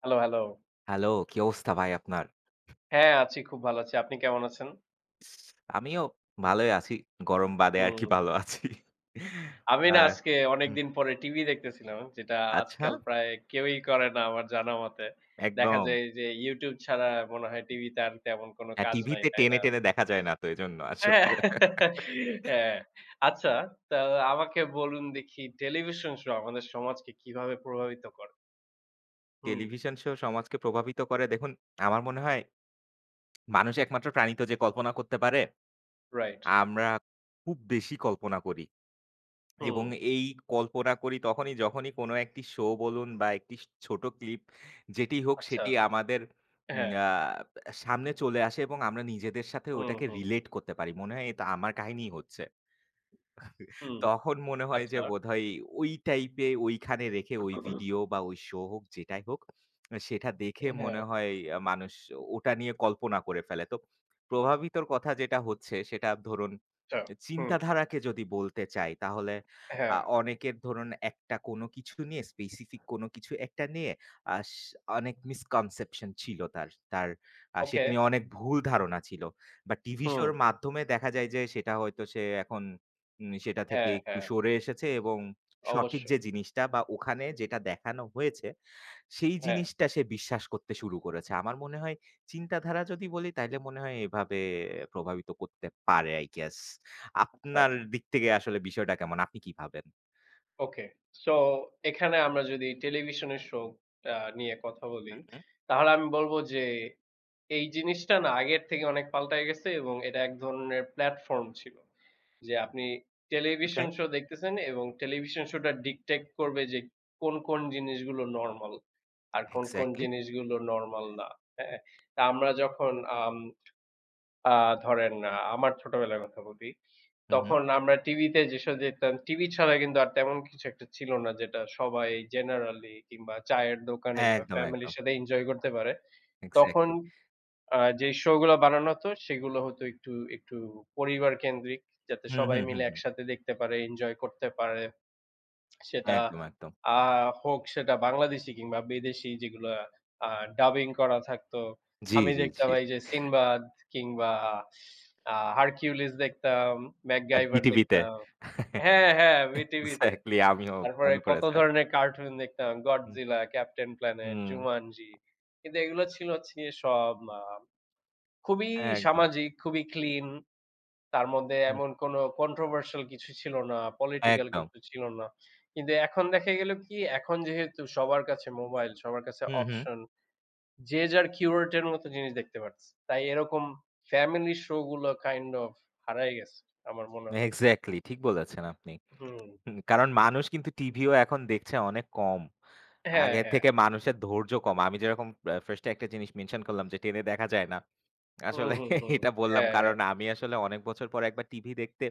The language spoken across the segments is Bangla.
Hello, hello. হ্যালো, কি অবস্থা ভাই আপনার? হ্যাঁ, আছি খুব ভালো আছি। আপনি কেমন আছেন? আমিও ভালোই আছি। গরম বাদে আরকি হুম। ভালো আছি। আমি না হ্যাঁ। আজকে হুম। অনেকদিন পরে টিভি দেখতেছিলাম, যেটা আচ্ছা, আজকাল প্রায় কেউই করে না আমার জানা মতে। দেখা একদম। যায় যে YouTube ছাড়া মনে হয় টিভিতে আর তেমন কোনো হ্যাঁ, কাজ নাই, টিভিতে তাই টেনে, না? টেনে দেখা যায় না তো এজন্য হ্যাঁ, আসলে। হ্যাঁ। আচ্ছা, তা আমাকে বলুন দেখি টেলিভিশন শো আমাদের সমাজকে কিভাবে প্রভাবিত করে? হুম। টেলিভিশন শো সমাজকে প্রভাবিত করে দেখুন, আমার মনে হয় মানুষ একমাত্র প্রাণী তো যে কল্পনা করতে পারে। রাইট। আমরা খুব বেশি কল্পনা করি। হুম। এবং এই কল্পনা করি তখনই যখনই কোনো একটি শো বলুন বা একটি ছোট ক্লিপ যেটি হোক আচ্ছা। সেটি আমাদের উম হ্যাঁ। আ সামনে চলে আসে এবং আমরা নিজেদের সাথে হুম, ওটাকে হুম, রিলেট করতে পারি। মনে হয় এটা আমার কাহিনীই হচ্ছে। হুম। তখন মনে হয় যে আচ্ছা। বোধহয় ওই টাইপে ওইখানে রেখে ওই ভিডিও বা ওই শো হোক যেটাই হোক, সেটা দেখে হ্যাঁ। মনে হয় মানুষ ওটা নিয়ে কল্পনা করে ফেলে। তো প্রভাবিতর কথা যেটা হচ্ছে সেটা ধরুন আচ্ছা। হুম। চিন্তাধারাকে যদি বলতে চাই তাহলে হ্যাঁ। অনেকের ধরুন একটা কোনো কিছু নিয়ে স্পেসিফিক কোনো কিছু একটা নিয়ে আস অনেক মিসকনসেপশন ছিল তার। তার ওকে। সেটি নিয়ে অনেক ভুল ধারণা ছিল। বা টিভি হুম। শোর মাধ্যমে দেখা যায় যে সেটা হয়তো সে এখন সেটা থেকে হ্যাঁ, একটু হ্যাঁ। সরে এসেছে এবং সঠিক অবশ্যই। যে জিনিসটা বা ওখানে যেটা দেখানো হয়েছে, সেই হ্যাঁ। জিনিসটা সে বিশ্বাস করতে শুরু করেছে। আমার মনে হয় চিন্তাধারা যদি বলি তাইলে মনে হয় এভাবে প্রভাবিত করতে পারে I guess. আচ্ছা, আপনার আচ্ছা। দিক থেকে আসলে বিষয়টা কেমন? আপনি কি ভাবেন? ওকে। সো এখানে আমরা যদি টেলিভিশনের শো নিয়ে কথা বলি, হুম, হুম। তাহলে আমি বলব যে এই জিনিসটা না আগের থেকে অনেক পাল্টায় গেছে এবং এটা এক ধরনের প্ল্যাটফর্ম ছিল। যে আপনি ওকে, টেলিভিশন শো দেখতেছেন এবং টেলিভিশন শোটা ডিকটেক্ট করবে যে কোন জিনিসগুলো নরমাল আর কোন এক্সাক্টলি। জিনিসগুলো নরমাল না। হ্যাঁ? তা আমরা যখন আম আ ধরেন আমার ছোটবেলার কথা বলি। হু, হুম। তখন আমরা টিভিতে যেসব দেখতাম, টিভি ছাড়া কিন্তু আর তেমন কিছু একটা ছিল না যেটা সবাই জেনারেলি কিংবা চায়ের দোকানে কিংবা একদম, একদম। ফ্যামিলির সাথে এনজয় করতে পারে। তখন এক্সাক্টলি। যে শো গুলো বানানো হতো সেগুলো হতো একটু পরিবার কেন্দ্রিক যাতে হুম, সবাই হুম, মিলে হুম, হুম। একসাথে দেখতে পারে, এনজয় করতে পারে। সেটা একদম, একদম। আ হোক সেটা বাংলাদেশী কিংবা বিদেশি যেগুলো আ ডাবিং করা থাকতো। জি, আমি জি, দেখতাম জি। এই যে 'সিনবাদ' কিংবা 'হারকিউলিস' দেখতাম, 'ম্যাকগাইভার' বিটিভিতে। দেখতাম। হ্যাঁ, হ্যাঁ, VTV তে। এক্সাক্টলি আমিও তারপরে মনে কত পড়েছে আরকি। ধরনের কার্টুন দেখতাম। হুম, Godzilla, Captain Planet, হুম। Jumanji। কিন্তু এগুলো ছিল হচ্ছে গিয়ে সব খুবই একদম। সামাজিক, খুবই ক্লিন। তার মধ্যে হুম। এমন কোন controversial কিছু ছিল না, পলিটিক্যাল একদম। কিছু ছিল না। কিন্তু এখন দেখা গেল কি এখন যেহেতু সবার কাছে মোবাইল, সবার কাছে হুম, হুম। অপশন, যে যার curated এর মতো জিনিস দেখতে পারছে। তাই এরকম ফ্যামিলি শো গুলো কাইন্ড অফ হারায় গেছে আমার মনে হয়। এক্সাক্টলি ঠিক বলেছেন আপনি। হুম। হুম, কারণ মানুষ কিন্তু টিভিও এখন দেখছে অনেক কম। হ্যাঁ, আগের হ্যাঁ। থেকে মানুষের ধৈর্য কম। আমি যেরকম 1st এ একটা জিনিস মেনশন করলাম যে টেনে দেখা যায় না। হুম, আসলে হুম, হুম। এটা বললাম হ্যাঁ, হ্যাঁ। কারণ আমি আসলে অনেক বছর পরে একবার টিভি দেখতে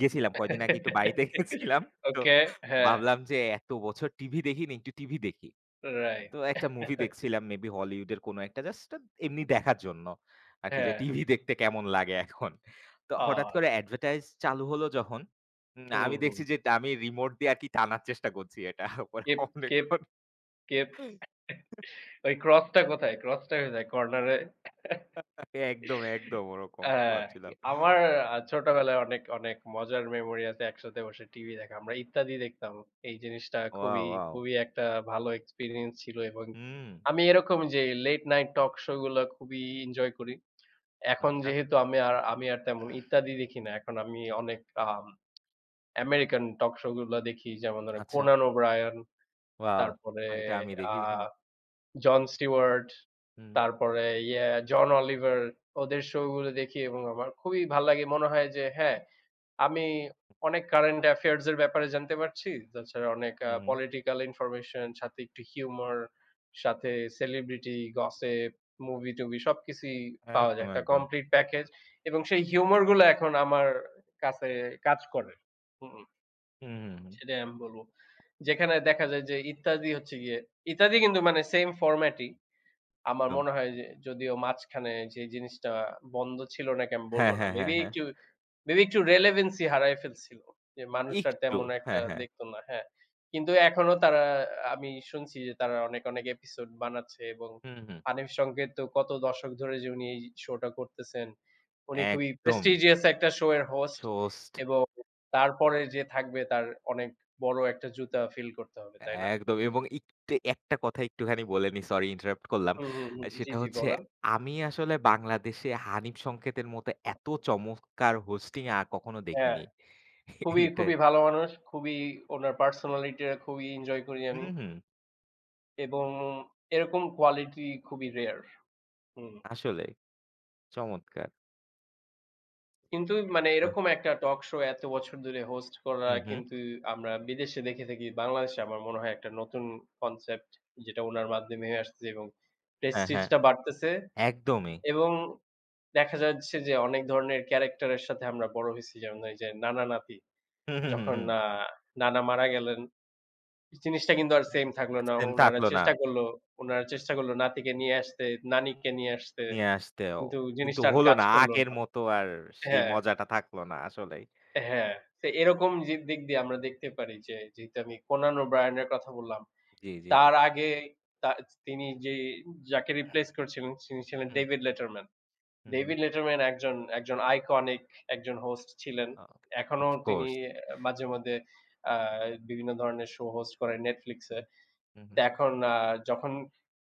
গেছিলাম। কয়দিন আগে একটু বাড়িতে গেছিলাম। তো ওকে। হ্যাঁ। ভাবলাম যে এত বছর টিভি দেখিনি, একটু টিভি দেখি। রাইট। তো একটা মুভি দেখছিলাম মেবি হলিউডের কোনো একটা জাস্ট এমনি দেখার জন্য। আরকি যে হ্যাঁ। টিভি দেখতে কেমন লাগে এখন। তো আ হঠাৎ করে অ্যাডভার্টাইজ চালু হলো যখন, হুম, আমি হুম। দেখছি যে আমি রিমোট দিয়ে আরকি টানার চেষ্টা করছি এটা। পরে কিপ, কিপ, অনেকক্ষণ কিপ। ওই ক্রসটা কোথায়? ক্রসটা কোথায়? কর্নারে? একদম, একদম ওরকম হ্যাঁ, ভাবছিলাম। আমার ছোটবেলায় অনেক মজার মেমোরি আছে একসাথে বসে টিভি দেখা। আমরা ইত্যাদি দেখতাম। এই জিনিসটা ওয়াও, ওয়াও! খুবই একটা ভালো এক্সপেরিয়েন্স ছিল এবং হুম। আমি এরকম যে লেট নাইট টক শো গুলা খুবই এনজয় করি। এখন আচ্ছা, যেহেতু আমি আর তেমন ইত্যাদি দেখি না। এখন আমি অনেক আম আমেরিকান টক শো গুলা দেখি। যেমন ধরেন আচ্ছা। Conan O'Brien, wow! তারপরে এটা আমি আ দেখি। হুম, জন স্টিওয়ার্ট, হুম, তারপরে ইয়ে জন অলিভার ওদের শো গুলো দেখি এবং আমার খুবই ভাল লাগে। মনে হয় যে হ্যাঁ আমি অনেক কারেন্ট অ্যাফেয়ার্স এর ব্যাপারে জানতে পারছি। তাছাড়া অনেক হুম, পলিটিক্যাল ইনফরমেশন, সাথে একটু হিউমর, সাথে সেলিব্রিটি গসিপ, মুভি-টুভি সবকিছুই পাওয়া যায়। একদম, একটা একদম। কমপ্লিট প্যাকেজ এবং সেই হিউমর গুলো এখন আমার কাছে কাজ করে। হুম, হুম, হুম, হুম। সেটাই আমি বলব। যেখানে দেখা যায় যে ইত্যাদি হচ্ছে গিয়ে ইত্যাদি কিন্তু মানে সেইম ফরম্যাটই। আমার একদম। মনে হয় যে যদিও মাঝখানে যে জিনিসটা বন্ধ ছিল নাকি আমি বলব হ্যাঁ, না। হ্যাঁ, হ্যাঁ, হ্যাঁ। মেবি একটু relevancy হারায় ফেলছিল। যে মানুষ আর একটু। তেমন একটা হ্যাঁ, হ্যাঁ। দেখত না। হ্যাঁ। কিন্তু এখনো তারা আমি শুনছি যে তারা অনেক এপিসোড বানাচ্ছে এবং হুম, হুম। হানিফ সংকেত তো কত দশক ধরে যে উনি এই শোটা করতেছেন। উনি খুবই একদম। prestigious একটা শো এর হোস্ট Toast এবং তারপরে যে থাকবে তার অনেক বড় একটা জুতা ফিল করতে হবে, তাই না? একদম এবং একটু একটা কথা একটুখানি বলে নিই, সরি ইন্টারাপ্ট করলাম। হুম, হুম, হুম। জি, সেটা জি হচ্ছে বলেন। আমি আসলে বাংলাদেশে হানিফ সংকেতের মতো এত চমৎকার হোস্টিং কখনো হ্যাঁ, দেখিনি। এটাই খুবই ভালো মানুষ। খুবই ওনার পার্সোনালিটি টা খুবই এনজয় করি আমি। হুম, হুম, এবং এরকম কোয়ালিটি খুবই রেয়ার। হুম। আসলে চমৎকার। কিন্তু মানে আ এরকম একটা টক শো এত বছর ধরে হোস্ট করা হুম, হুম, কিন্তু আমরা বিদেশে দেখে থাকি। বাংলাদেশে আমার মনে হয় একটা নতুন কনসেপ্ট যেটা উনার মাধ্যমে হয়ে আসছে এবং হ্যাঁ, হ্যাঁ, প্রেস্টিজটা বাড়তেছে একদমই। এবং দেখা যাচ্ছে যে অনেক ধরনের ক্যারাক্টারের সাথে আমরা বড় হইছি। যেমন এই যে নানা-নাতি। হুম, হুম, হুম, যখন হুম। নানা মারা গেলেন, জিনিসটা কিন্তু আর সেম থাকলো না। সেম উনারা থাকলো না চেষ্টা করল উনারা চেষ্টা করল নাতিকে নিয়ে আসতে, নানিকে নিয়ে আসতে। নিয়ে আসতেও। কিন্তু কিন্তু জিনিসটা আর হলো কাজ না করল আগের না। মতো আর সেই হ্যাঁ, মজাটা থাকলো না আসলেই। হ্যাঁ। তো এরকম যে দিক দিয়ে আমরা দেখতে পারি যে, যেহেতু আমি কোনান ওব্রায়ানের কথা বললাম। জি, জি। তার আগে তা তিনি যে যাকে রিপ্লেস করছিলেন তিনি ছিলেন হুম, ডেভিড লেটারম্যান। হুম, হুম। ডেভিড লেটারম্যান একজন একজন আইকনিক একজন হোস্ট ছিলেন। এখনো তিনি অফকোর্স। মাঝে মধ্যে আ বিভিন্ন ধরনের শো হোস্ট করেন Netflix এ। হুম, হুম, তো হুম। এখন যখন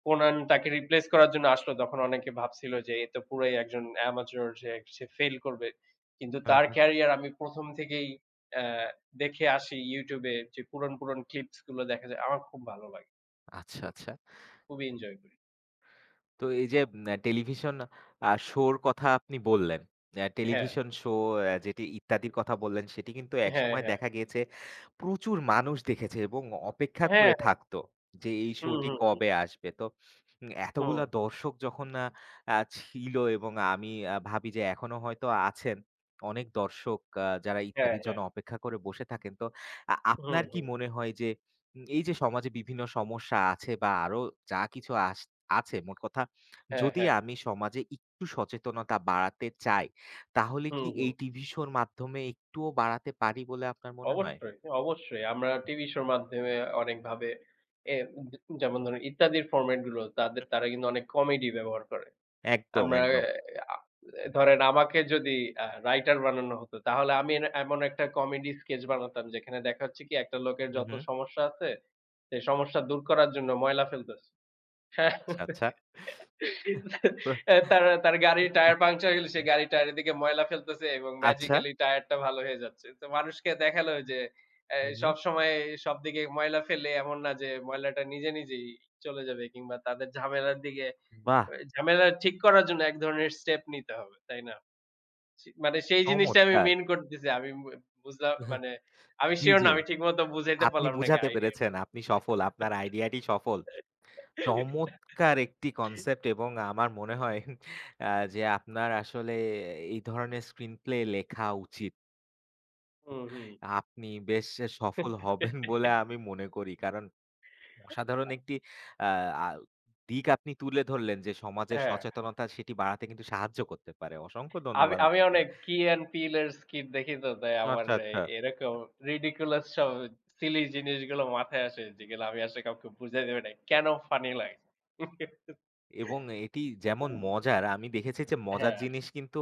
কোনান তাকে রিপ্লেস করার জন্য আসলো, তখন অনেকে ভাবছিল যে এ তো পুরাই একজন amateur যে সে ফেইল করবে। কিন্তু হ্যাঁ, তার হ্যাঁ। ক্যারিয়ার আমি ১ম থেকেই অ্যা দেখে আসি YouTube এ যে পুরন ক্লিপস গুলো দেখা যায়। আমার খুব ভালো লাগে। আচ্ছা, হুম, আচ্ছা। খুবই এনজয় করি। তো এই যে টেলিভিশন শো র কথা আপনি বললেন। হ্যাঁ, টেলিভিশন শো যেটি ইত্যাদির কথা বললেন সেটি কিন্তু হ্যাঁ, একসময় হ্যাঁ। দেখা গিয়েছে প্রচুর মানুষ দেখেছে এবং অপেক্ষা হ্যাঁ। করে থাকতো যে এই হুম, শোটি হুম, হুম, কবে আসবে। তো এতগুলা হুম। দর্শক যখন না ছিল এবং আমি ভাবি যে এখনো হয়তো আছেন। অনেক দর্শক যারা হ্যাঁ, ইত্যাদির হ্যাঁ। জন্য অপেক্ষা করে বসে থাকেন। তো হুম, আপনার কি হুম। মনে হয় যে এই যে সমাজে বিভিন্ন সমস্যা আছে বা আরো যা কিছু আছে মোট কথা হ্যাঁ, যদি হ্যাঁ। আমি সমাজে একটু সচেতনতা বাড়াতে চাই তাহলে হুম, কি হুম। এই টিভি শোর মাধ্যমে একটুও বাড়াতে পারি বলে আপনার মনে হয়? অবশ্যই, অবশ্যই। আমরা টিভি শোর মাধ্যমে অনেকভাবে এ যে যেমন ধরেন ইত্যাদির ফরমেট গুলো তাদের হুম, হুম। তারা কিন্তু অনেক কমেডি ব্যবহার করে। একদম, আমরা এ একদম। আ ধরেন আমাকে যদি রাইটার বানানো হতো তাহলে আমি এমন একটা কমেডি স্কেচ বানাতাম যেখানে দেখা হচ্ছে কি একটা লোকের হুম, যত হুম। সমস্যা আছে সেই সমস্যা দূর করার জন্য ময়লা ফেলতেছে। হ্যাঁ। আচ্ছা, আচ্ছা। তার তার গাড়ির টায়ার পাংচার হয়ে গেলে সে গাড়ির টায়ারের দিকে ময়লা ফেলতেছে এবং আচ্ছা। ম্যাজিক্যালি টায়ারটা ভালো হয়ে যাচ্ছে। তো মানুষকে দেখালো যে হুম, হুম। সবসময় সবদিকে ময়লা ফেললে এমন না যে ময়লাটা নিজে নিজেই চলে যাবে কিংবা তাদের ঝামেলার দিকে বাহ! ঝামেলা ঠিক করার জন্য এক ধরনের স্টেপ নিতে হবে। তাই না? সে মানে সেই জিনিসটা আমি চমৎকার! মিন করতেছি। আমি বু বুঝলাম মানে আমি জি, সিউর না জি। আমি ঠিকমতো বুঝাইতে আপনি পারলাম নাকি বুঝাতে আইডিয়াটা। পেরেছেন। আপনি সফল। আপনার আইডিয়াটি সফল। চমৎকার একটি কনসেপ্ট এবং আমার মনে হয় যে আপনার আসলে এই ধরনের স্ক্রিনপ্লে লেখা উচিত। হুম, হুম। আপনি বেশ সফল হবেন বলে আমি মনে করি। কারণ অসাধারণ একটি আ আ দিক আপনি তুলে ধরলেন যে সমাজের হ্যাঁ। সচেতনতা সেটি বাড়াতে কিন্তু সাহায্য করতে পারে। অসংখ্য আমি ধন্যবাদ আমি আপনাকে। অনেক Key and Peele এর skit দেখি তো তাই আমার আচ্ছা, আচ্ছা। এরকম ridiculous সব silly জিনিসগুলো মাথায় আসে যেগুলো আমি আসলে কাউকে বুঝাইতে পারি নাই। কেন funny লাগে? এবং এটি যেমন মজার, আমি দেখেছি যে মজার হ্যাঁ, জিনিস কিন্তু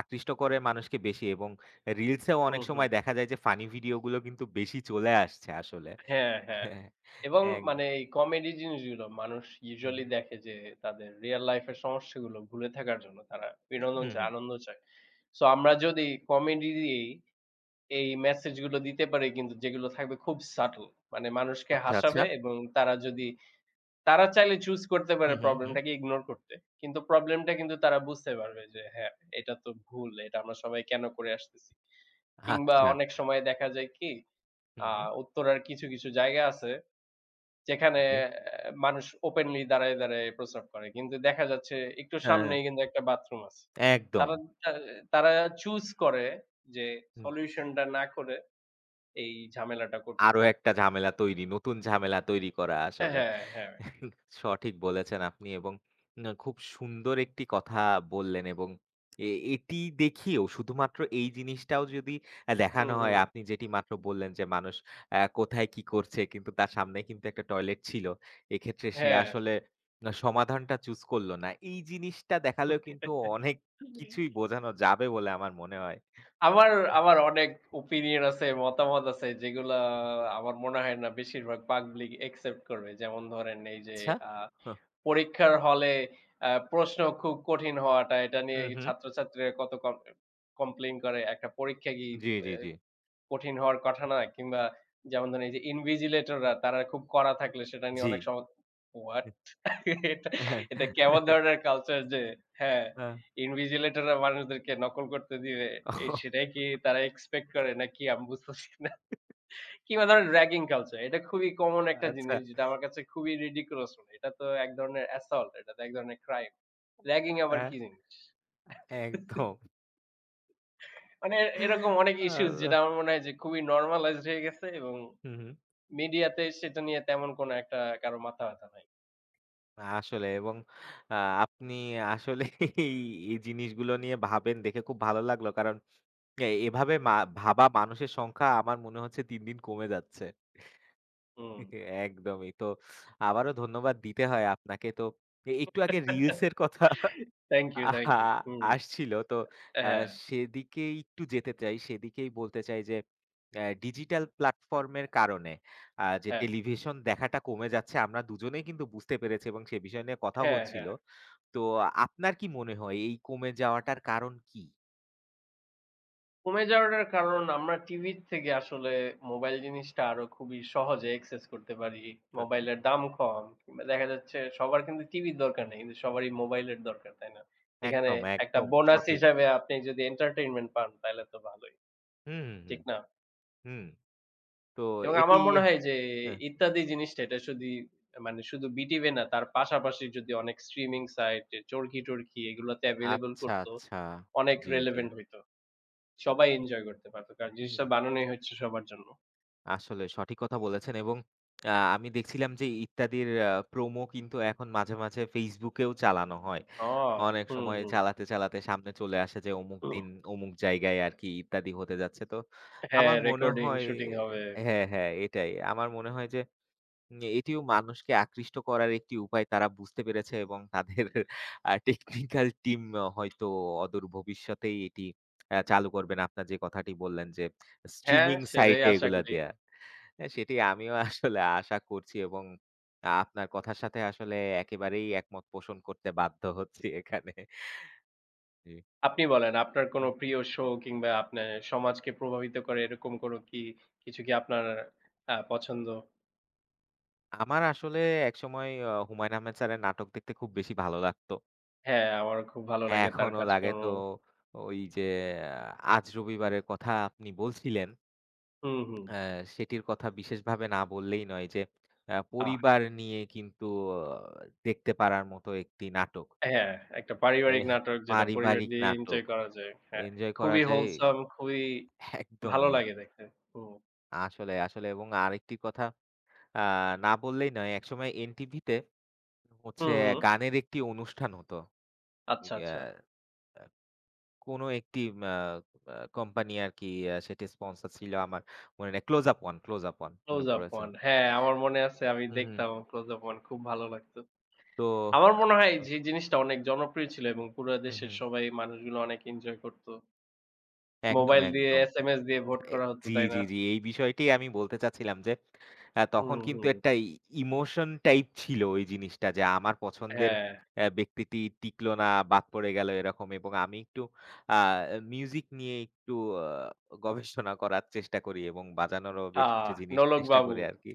আকৃষ্ট করে মানুষকে বেশি এবং রিলসেও হুম, অনেক হুম। সময় দেখা যায় যে ফানি ভিডিও গুলো কিন্তু বেশি চলে আসছে আসলে। হ্যাঁ, হ্যাঁ। হ্যাঁ, এবং এক মানে এই কমেডি জিনিসগুলো মানুষ হুম, হুম, usually দেখে যে তাদের real life এর সমস্যাগুলো ভুলে থাকার জন্য তারা হুম, বিনোদন হুম। চায়, হুম। আনন্দ চায়। সো আমরা যদি কমেডি দিয়েই এই মেসেজগুলো দিতে পারি কিন্তু যেগুলো থাকবে খুব subtle মানে মানুষকে আচ্ছা, আচ্ছা। হাসাবে এবং তারা চাইলে চুজ করতে পারে হুম, হুম, হুম। প্রবলেমটাকে ইগনোর করতে। কিন্তু প্রবলেমটা কিন্তু তারা বুঝতে পারবে যে হ্যাঁ, এটা তো ভুল। এটা আমরা সবাই কেন করে আসতেছি? কিংবা আচ্ছা। অনেক সময় দেখা যায় কি হুম, আ হুম। উত্তরার কিছু জায়গা আছে যেখানে জি। মানুষ ওপেনলি দাঁড়ায় প্রস্রাব করে। কিন্তু দেখা যাচ্ছে একটু হ্যাঁ, সামনেই কিন্তু একটা বাথরুম আছে। একদম। তারা তা তারা চুজ করে যে সলিউশনটা না করে এই ঝামেলাটা করতে। আরো একটা ঝামেলা তৈরি, নতুন ঝামেলা তৈরি করা আসলে। হ্যাঁ, হ্যাঁ। সঠিক বলেছেন আপনি এবং না খুব সুন্দর একটি কথা বললেন এবং এ এটি দেখিয়েও শুধুমাত্র এই জিনিসটাও যদি দেখানো হুম, হয় হুম। আপনি যেটি মাত্র বললেন যে মানুষ কোথায় কি করছে কিন্তু তার সামনে কিন্তু একটা টয়লেট ছিল। এক্ষেত্রে সে হ্যাঁ। আসলে সমাধানটা চুজ করল না। এই জিনিসটা দেখালেও কিন্তু অনেক কিছুই বোঝানো যাবে বলে আমার মনে হয়। আমার আমার অনেক ওপিনিয়ন আছে, মতামত আছে যেগুলা হুম, হুম। আমার মনে হয় না বেশিরভাগ পাবলিক একসেপ্ট করবে। যেমন ধরেন এই যে আচ্ছা। আ পরীক্ষার হলে প্রশ্ন খুব কঠিন হওয়াটা এটা নিয়ে হুম, হুম। ছাত্রছাত্রীরা কত কম কমপ্লেইন করে। একটা পরীক্ষা কি জি, জি, এ জি। কঠিন হওয়ার কথা না? কিংবা যেমন ধরেন এই যে ইনভিজিলেটররা তারা খুব কড়া থাকলে সেটা নিয়ে জি। অনেক সম হোয়াট? এটা হ্যাঁ। এটা কেমন ধরনের কালচার যে হ্যাঁ, হ্যাঁ। ইনভিজিলেটর রা মানুষদেরকে নকল করতে দিবে। এই সেটাই কি তারা এক্সপেক্ট করে নাকি আমি বুঝতেছি না। কিংবা ধরেন র্যাগিং কালচার। এটা খুবই কমন একটা আচ্ছা। জিনিস যেটা আমার কাছে খুবই ridiculous মনে হয়। এটা তো এক ধরনের assault এটা তো এক ধরনের ক্রাইম। র্যাগিং আবার হ্যাঁ, কি জিনিস? একদম। মানে এরকম অনেক ইস্যুস আল্লাহ! যেটা আমার মনে হয় যে খুবই নরমালাইজড হয়ে গেছে এবং হুম, হুম। মিডিয়াতে সেটা নিয়ে তেমন কোনো একটা কারো মাথা ব্যাথা নাই। আসলে এবং আ আপনি আসলেই এই এই জিনিসগুলো নিয়ে ভাবেন দেখে খুব ভালো লাগলো। কারণ এ এভাবে মা ভাবা মানুষের সংখ্যা আমার মনে হচ্ছে দিন, দিন কমে যাচ্ছে। হুম। একদমই। তো আবারও ধন্যবাদ দিতে হয় আপনাকে। তো একটু আগে রিলস এর কথা থ্যাংক ইউ, থ্যাংক আহা! ইউ। হুম। আসছিল। তো আ হ্যাঁ, সেদিকে একটু যেতে চাই। সেদিকেই বলতে চাই যে ডিজিটাল প্ল্যাটফর্ম এর কারণে যে হ্যাঁ, টেলিভিশন দেখাটা কমে যাচ্ছে আমরা দুজনেই কিন্তু বুঝতে পেরেছি এবং সে বিষয় নিয়ে কথাও হ্যাঁ, হচ্ছিল। হ্যাঁ। তো আপনার কি মনে হয় এই কমে যাওয়াটার কারণ কি? কমে যাওয়াটার কারণ আমরা টিভির থেকে আসলে মোবাইল জিনিসটা আরো খুবই সহজে অ্যাক্সেস করতে পারি। আচ্ছা। মোবাইলের দাম কম কিংবা দেখা যাচ্ছে সবার কিন্তু টিভির দরকার নেই। কিন্তু সবারই মোবাইলের দরকার, তাই না? এখানে একদম, একটা একদম বোনাস সঠিক। হিসাবে আপনি যদি এন্টারটেইনমেন্ট পান তাহলে তো ভালোই। হুম, হুম, হুম। ঠিক না? হুম। তো এবং এটি আমার মনে হয় যে হ্যাঁ। ইত্যাদি জিনিসটা এটা শুধুই মানে শুধু বিটিভ এ না তার পাশাপাশি যদি অনেক স্ট্রিমিং সাইট এ চরকি-টরকি এগুলোতে এভেইলেবল আচ্ছা, করত, আচ্ছা। অনেক জি, জি। রিলেভেন্ট হইতো। সবাই এনজয় করতে পারত। কারণ জিনিসটা বানানোই হচ্ছে সবার জন্য। আসলে সঠিক কথা বলেছেন এবং আমি দেখছিলাম যে ইত্যাদির প্রোমো কিন্তু এখন মাঝে, মাঝে Facebook এও চালানো হয়। অ! অনেক হুম, সময় হুম, চালাতে, চালাতে সামনে চলে আসে যে অমুক হুম। দিন অমুক জায়গায় আরকি ইত্যাদি হতে যাচ্ছে। তো হ্যাঁ, আমার মনে রেকর্ডিং, হয় শুটিং হবে। হ্যাঁ, হ্যাঁ এটাই। আমার মনে হয় যে এটিও মানুষকে আকৃষ্ট করার একটি উপায় তারা বুঝতে পেরেছে এবং তাদের টেকনিক্যাল টিম হয়তো অদূর ভবিষ্যতেই এটি চালু করবেন। আপনার যে কথাটি বললেন যে হ্যাঁ, স্ট্রিমিং সেটাই সাইটে আশা এগুলা করি। দেয়া। হ্যাঁ, সেটি আমিও আসলে আশা করছি এবং আপনার কথার সাথে আসলে একেবারেই একমত পোষণ করতে বাধ্য হচ্ছি এখানে। জি। আপনি বলেন, আপনার কোনো উম প্রিয় শো কিংবা আপনার সমাজকে প্রভাবিত করে এরকম কোনো কি কিছু কি আপনার পছন্দ? আমার আসলে একসময় হুমায়ূন আহমেদ স্যারের নাটক দেখতে খুব বেশি ভালো লাগতো। হ্যাঁ, আমারও খুব ভালো লাগে তার এখনো লাগে কাজকর্ম। তো ওই যে আহ, আজ রবিবারের কথা আপনি বলছিলেন, হুম, হুম। আ সেটির কথা বিশেষভাবে না বললেই নয় যে আহ! পরিবার নিয়ে কিন্তু আহ, দেখতে পারার মতো একটি নাটক। হ্যাঁ, একটা পারিবারিক এহ নাটক যেটা পরিবার পারিবারিক দিয়ে নাটক। এনজয় করা যায়। হ্যাঁ, এনজয় করা খুবই যায় wholesome, খুবই ভালো একদমই। লাগে দেখতে। হুম। আসলে, আসলে এবং আরেকটি কথা আ না বললেই নয়। একসময় এনটিভিতে হচ্ছে হুম, হুম। গানের একটি অনুষ্ঠান হতো। ওই আচ্ছা, আ আচ্ছা। আ কোনো একটি মা আ কোম্পানি আরকি সেটি স্পন্সর ছিল আমার মনে নাই। Close up one, close up one মনে 'Close Up পড়েছে। One' হ্যাঁ, আমার মনে আছে আমি হুম, হুম। দেখতাম 'Close Up One' খুব ভালো লাগতো। তো আমার মনে হয় আ যে জিনিসটা অনেক জনপ্রিয় ছিল এবং পুরা হুম, দেশের হুম। সবাই মানুষগুলো অনেক এনজয় করত। একদম, মোবাইল দিয়ে একদম। SMS দিয়ে ভোট এ করা হতো, জি, তাই জি, না? জি। এই বিষয়টি আমি বলতে চাচ্ছিলাম যে, তখন হুম, কিন্তু হুম। একটা ইমোশন টাইপ ছিল ওই জিনিসটা যে, আমার পছন্দের হ্যাঁ। ব্যক্তিটি টিকলো না, বাদ পড়ে গেল এরকম এবং আমি একটু আ মিউজিক নিয়ে একটু আ গবেষণা করার চেষ্টা করি এবং বাজানোরও বেশ আহ! কিছু জিনিস নোলক চেষ্টা বাবু, করি আরকি।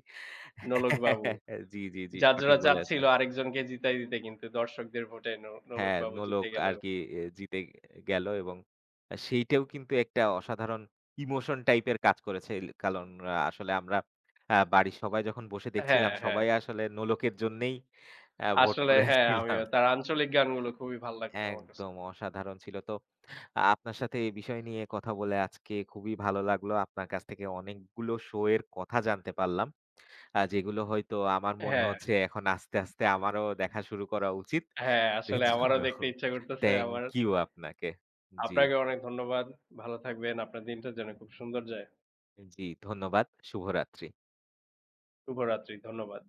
নোলক বাবু। জি, জি, জি। জাজরা সঠিক চাচ্ছিল বলেছেন। আরেকজনকে জিতায় দিতে কিন্তু দর্শকদের ভোটে নোলক হ্যাঁ, বাবু জিতে নোলক গেল। আরকি জিতে গেল এবং সেইটাও কিন্তু একটা অসাধারণ ইমোশন টাইপের কাজ করেছে। কারণ আসলে আমরা বাড়ির সবাই যখন বসে হ্যাঁ, দেখছিলাম হ্যাঁ। সবাই আসলে নোলকের জন্যেই ভোট আসলে হ্যাঁ, করেছিলাম। আমিও। তার আঞ্চলিক গানগুলো খুবই ভাল লাগতো আমার কাছে। একদম অসাধারণ ছিল। তো আপনার সাথে এই বিষয় নিয়ে কথা বলে আজকে খুবই ভালো লাগলো। আপনার কাছ থেকে অনেকগুলো শো এর কথা জানতে পারলাম। যেগুলো হয়তো আমার মনে হ্যাঁ, হচ্ছে এখন আস্তে, আস্তে আমারও দেখা শুরু করা উচিত। হ্যাঁ। মুহূর্তের আসলে জন্য। আমারও দেখতে ইচ্ছা করতেছে থ্যাংক আমার। ইউ আপনাকে। জি, আপনাকে অনেক ধন্যবাদ। ভালো থাকবেন। আপনার দিনটা যেন খুব সুন্দর যায়। জি ধন্যবাদ। শুভরাত্রি। শুভরাত্রি। ধন্যবাদ।